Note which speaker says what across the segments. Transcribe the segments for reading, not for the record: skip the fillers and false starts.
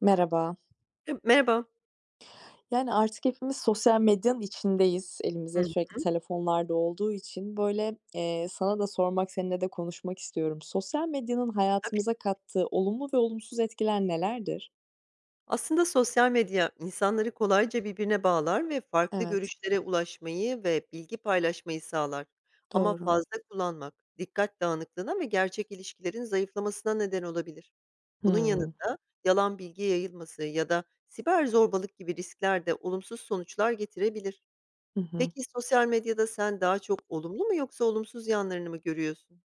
Speaker 1: Merhaba.
Speaker 2: Merhaba.
Speaker 1: Yani artık hepimiz sosyal medyanın içindeyiz. Elimizde
Speaker 2: Hıı.
Speaker 1: sürekli telefonlar da olduğu için sana da sormak, seninle de konuşmak istiyorum. Sosyal medyanın
Speaker 2: Tabii.
Speaker 1: hayatımıza kattığı olumlu ve olumsuz etkiler nelerdir?
Speaker 2: Aslında sosyal medya insanları kolayca birbirine bağlar ve farklı
Speaker 1: Evet,
Speaker 2: görüşlere ulaşmayı ve bilgi paylaşmayı sağlar. Ama
Speaker 1: doğru.
Speaker 2: fazla kullanmak dikkat dağınıklığına ve gerçek ilişkilerin zayıflamasına neden olabilir. Bunun
Speaker 1: Hımm.
Speaker 2: yanında yalan bilgi yayılması ya da siber zorbalık gibi riskler de olumsuz sonuçlar getirebilir.
Speaker 1: Hı hı.
Speaker 2: Peki, sosyal medyada sen daha çok olumlu mu yoksa olumsuz yanlarını mı görüyorsun?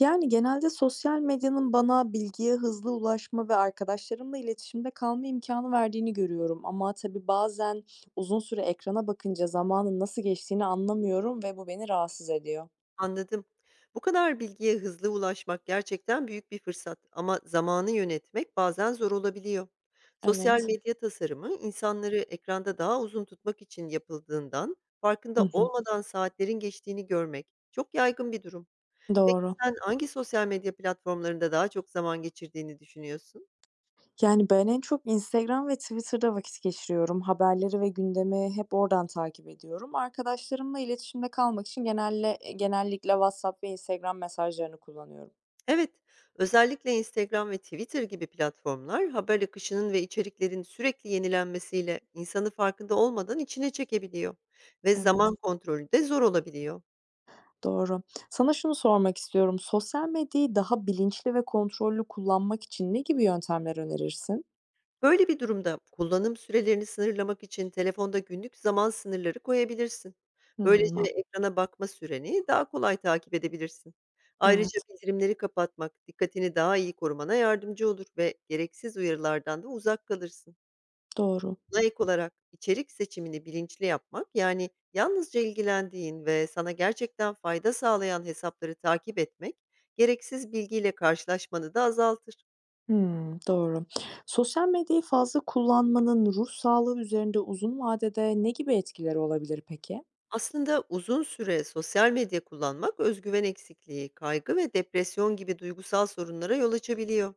Speaker 1: Yani genelde sosyal medyanın bana bilgiye hızlı ulaşma ve arkadaşlarımla iletişimde kalma imkanı verdiğini görüyorum ama tabii bazen uzun süre ekrana bakınca zamanın nasıl geçtiğini anlamıyorum ve bu beni rahatsız ediyor.
Speaker 2: Anladım. Bu kadar bilgiye hızlı ulaşmak gerçekten büyük bir fırsat ama zamanı yönetmek bazen zor olabiliyor. Sosyal
Speaker 1: Evet.
Speaker 2: medya tasarımı insanları ekranda daha uzun tutmak için yapıldığından
Speaker 1: Hı
Speaker 2: farkında
Speaker 1: hı.
Speaker 2: olmadan saatlerin geçtiğini görmek çok yaygın bir durum. Peki
Speaker 1: Doğru.
Speaker 2: sen hangi sosyal medya platformlarında daha çok zaman geçirdiğini düşünüyorsun?
Speaker 1: Yani, ben en çok Instagram ve Twitter'da vakit geçiriyorum. Haberleri ve gündemi hep oradan takip ediyorum. Arkadaşlarımla iletişimde kalmak için genellikle WhatsApp ve Instagram mesajlarını kullanıyorum.
Speaker 2: Evet, özellikle Instagram ve Twitter gibi platformlar haber akışının ve içeriklerin sürekli yenilenmesiyle insanı farkında olmadan içine çekebiliyor ve zaman
Speaker 1: Evet,
Speaker 2: Kontrolü de zor olabiliyor.
Speaker 1: doğru. Sana şunu sormak istiyorum. Sosyal medyayı daha bilinçli ve kontrollü kullanmak için ne gibi yöntemler önerirsin?
Speaker 2: Böyle bir durumda kullanım sürelerini sınırlamak için telefonda günlük zaman sınırları koyabilirsin.
Speaker 1: Hımm,
Speaker 2: Böylece
Speaker 1: man.
Speaker 2: ekrana bakma süreni daha kolay takip edebilirsin. Ayrıca
Speaker 1: Evet,
Speaker 2: bildirimleri kapatmak dikkatini daha iyi korumana yardımcı olur ve gereksiz uyarılardan da uzak kalırsın.
Speaker 1: doğru.
Speaker 2: Buna ek olarak içerik seçimini bilinçli yapmak, yani yalnızca ilgilendiğin ve sana gerçekten fayda sağlayan hesapları takip etmek, gereksiz bilgiyle karşılaşmanı da azaltır.
Speaker 1: Hımm, doğru. Sosyal medyayı fazla kullanmanın ruh sağlığı üzerinde uzun vadede ne gibi etkileri olabilir peki?
Speaker 2: Aslında uzun süre sosyal medya kullanmak özgüven eksikliği, kaygı ve depresyon gibi duygusal sorunlara yol açabiliyor.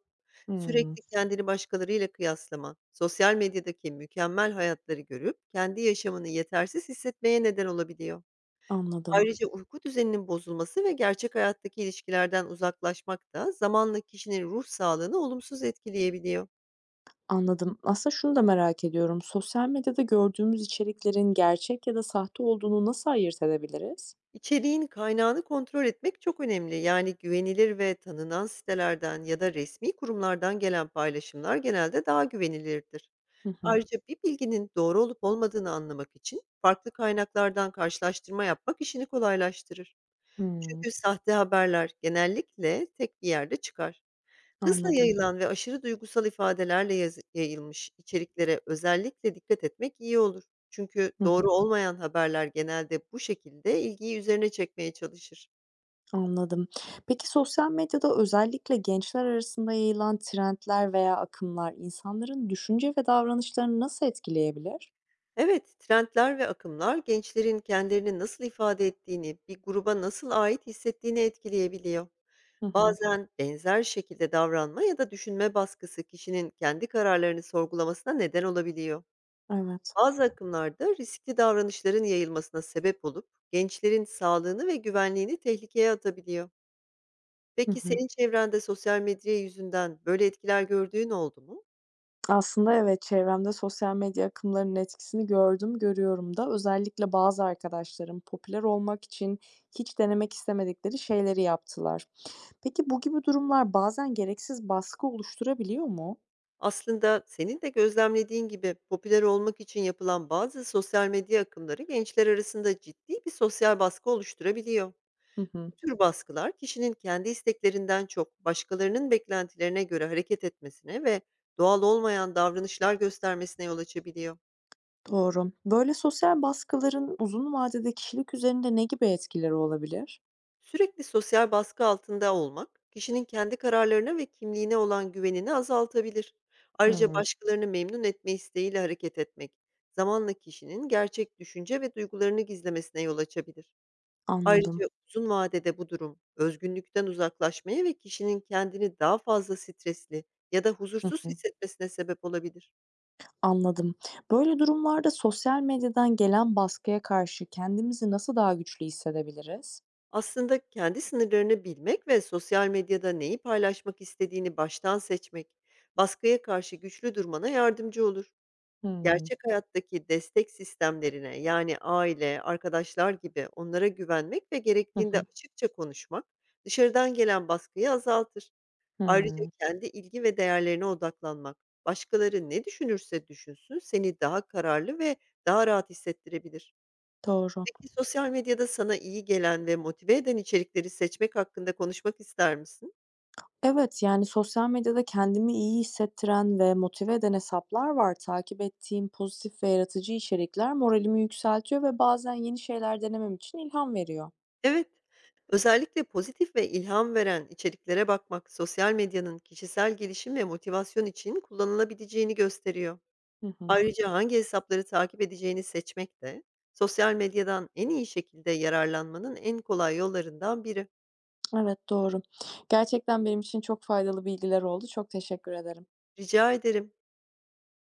Speaker 1: Hımm.
Speaker 2: Sürekli kendini başkalarıyla kıyaslama, sosyal medyadaki mükemmel hayatları görüp kendi yaşamını yetersiz hissetmeye neden olabiliyor.
Speaker 1: Anladım,
Speaker 2: Ayrıca uyku düzeninin bozulması ve gerçek hayattaki ilişkilerden uzaklaşmak da zamanla kişinin ruh sağlığını olumsuz etkileyebiliyor.
Speaker 1: anladım. Aslında şunu da merak ediyorum. Sosyal medyada gördüğümüz içeriklerin gerçek ya da sahte olduğunu nasıl ayırt edebiliriz?
Speaker 2: İçeriğin kaynağını kontrol etmek çok önemli. Yani güvenilir ve tanınan sitelerden ya da resmi kurumlardan gelen paylaşımlar genelde daha güvenilirdir.
Speaker 1: Hı hı.
Speaker 2: Ayrıca bir bilginin doğru olup olmadığını anlamak için farklı kaynaklardan karşılaştırma yapmak işini kolaylaştırır.
Speaker 1: Hımm.
Speaker 2: Çünkü sahte haberler genellikle tek bir yerde çıkar. Hızla
Speaker 1: Anladım.
Speaker 2: yayılan ve aşırı duygusal ifadelerle yazı yayılmış içeriklere özellikle dikkat etmek iyi olur. Çünkü
Speaker 1: Hı hı.
Speaker 2: doğru olmayan haberler genelde bu şekilde ilgiyi üzerine çekmeye çalışır.
Speaker 1: Anladım. Peki sosyal medyada özellikle gençler arasında yayılan trendler veya akımlar insanların düşünce ve davranışlarını nasıl etkileyebilir?
Speaker 2: Evet, trendler ve akımlar gençlerin kendilerini nasıl ifade ettiğini, bir gruba nasıl ait hissettiğini etkileyebiliyor.
Speaker 1: Hı hı.
Speaker 2: Bazen benzer şekilde davranma ya da düşünme baskısı kişinin kendi kararlarını sorgulamasına neden olabiliyor.
Speaker 1: Evet.
Speaker 2: Bazı akımlarda riskli davranışların yayılmasına sebep olup gençlerin sağlığını ve güvenliğini tehlikeye atabiliyor.
Speaker 1: Hı
Speaker 2: Peki
Speaker 1: hı.
Speaker 2: senin çevrende sosyal medya yüzünden böyle etkiler gördüğün oldu mu?
Speaker 1: Aslında evet, çevremde sosyal medya akımlarının etkisini gördüm, görüyorum da. Özellikle bazı arkadaşlarım popüler olmak için hiç denemek istemedikleri şeyleri yaptılar. Peki bu gibi durumlar bazen gereksiz baskı oluşturabiliyor mu?
Speaker 2: Aslında senin de gözlemlediğin gibi popüler olmak için yapılan bazı sosyal medya akımları gençler arasında ciddi bir sosyal baskı oluşturabiliyor.
Speaker 1: Hı hı,
Speaker 2: Bu tür baskılar kişinin kendi isteklerinden çok başkalarının beklentilerine göre hareket etmesine ve doğal olmayan davranışlar göstermesine yol açabiliyor.
Speaker 1: doğru. Böyle sosyal baskıların uzun vadede kişilik üzerinde ne gibi etkileri olabilir?
Speaker 2: Sürekli sosyal baskı altında olmak, kişinin kendi kararlarına ve kimliğine olan güvenini azaltabilir. Ayrıca
Speaker 1: Hımm,
Speaker 2: başkalarını memnun etme isteğiyle hareket etmek, zamanla kişinin gerçek düşünce ve duygularını gizlemesine yol açabilir.
Speaker 1: anladım.
Speaker 2: Ayrıca uzun vadede bu durum, özgünlükten uzaklaşmaya ve kişinin kendini daha fazla stresli ya da
Speaker 1: Hı
Speaker 2: huzursuz
Speaker 1: hı,
Speaker 2: hissetmesine sebep olabilir.
Speaker 1: anladım. Böyle durumlarda sosyal medyadan gelen baskıya karşı kendimizi nasıl daha güçlü hissedebiliriz?
Speaker 2: Aslında kendi sınırlarını bilmek ve sosyal medyada neyi paylaşmak istediğini baştan seçmek, baskıya karşı güçlü durmana yardımcı olur.
Speaker 1: Hımm.
Speaker 2: Gerçek hayattaki destek sistemlerine yani aile, arkadaşlar gibi onlara güvenmek ve
Speaker 1: Hı
Speaker 2: gerektiğinde
Speaker 1: hı.
Speaker 2: açıkça konuşmak dışarıdan gelen baskıyı azaltır. Ayrıca
Speaker 1: Hımm,
Speaker 2: kendi ilgi ve değerlerine odaklanmak, başkaları ne düşünürse düşünsün seni daha kararlı ve daha rahat hissettirebilir.
Speaker 1: doğru.
Speaker 2: Peki, sosyal medyada sana iyi gelen ve motive eden içerikleri seçmek hakkında konuşmak ister misin?
Speaker 1: Evet, yani, sosyal medyada kendimi iyi hissettiren ve motive eden hesaplar var. Takip ettiğim pozitif ve yaratıcı içerikler moralimi yükseltiyor ve bazen yeni şeyler denemem için ilham veriyor.
Speaker 2: Evet. Özellikle pozitif ve ilham veren içeriklere bakmak, sosyal medyanın kişisel gelişim ve motivasyon için kullanılabileceğini gösteriyor.
Speaker 1: Hı hı.
Speaker 2: Ayrıca hangi hesapları takip edeceğini seçmek de sosyal medyadan en iyi şekilde yararlanmanın en kolay yollarından biri.
Speaker 1: Evet, doğru. Gerçekten benim için çok faydalı bilgiler oldu. Çok teşekkür ederim.
Speaker 2: Rica ederim.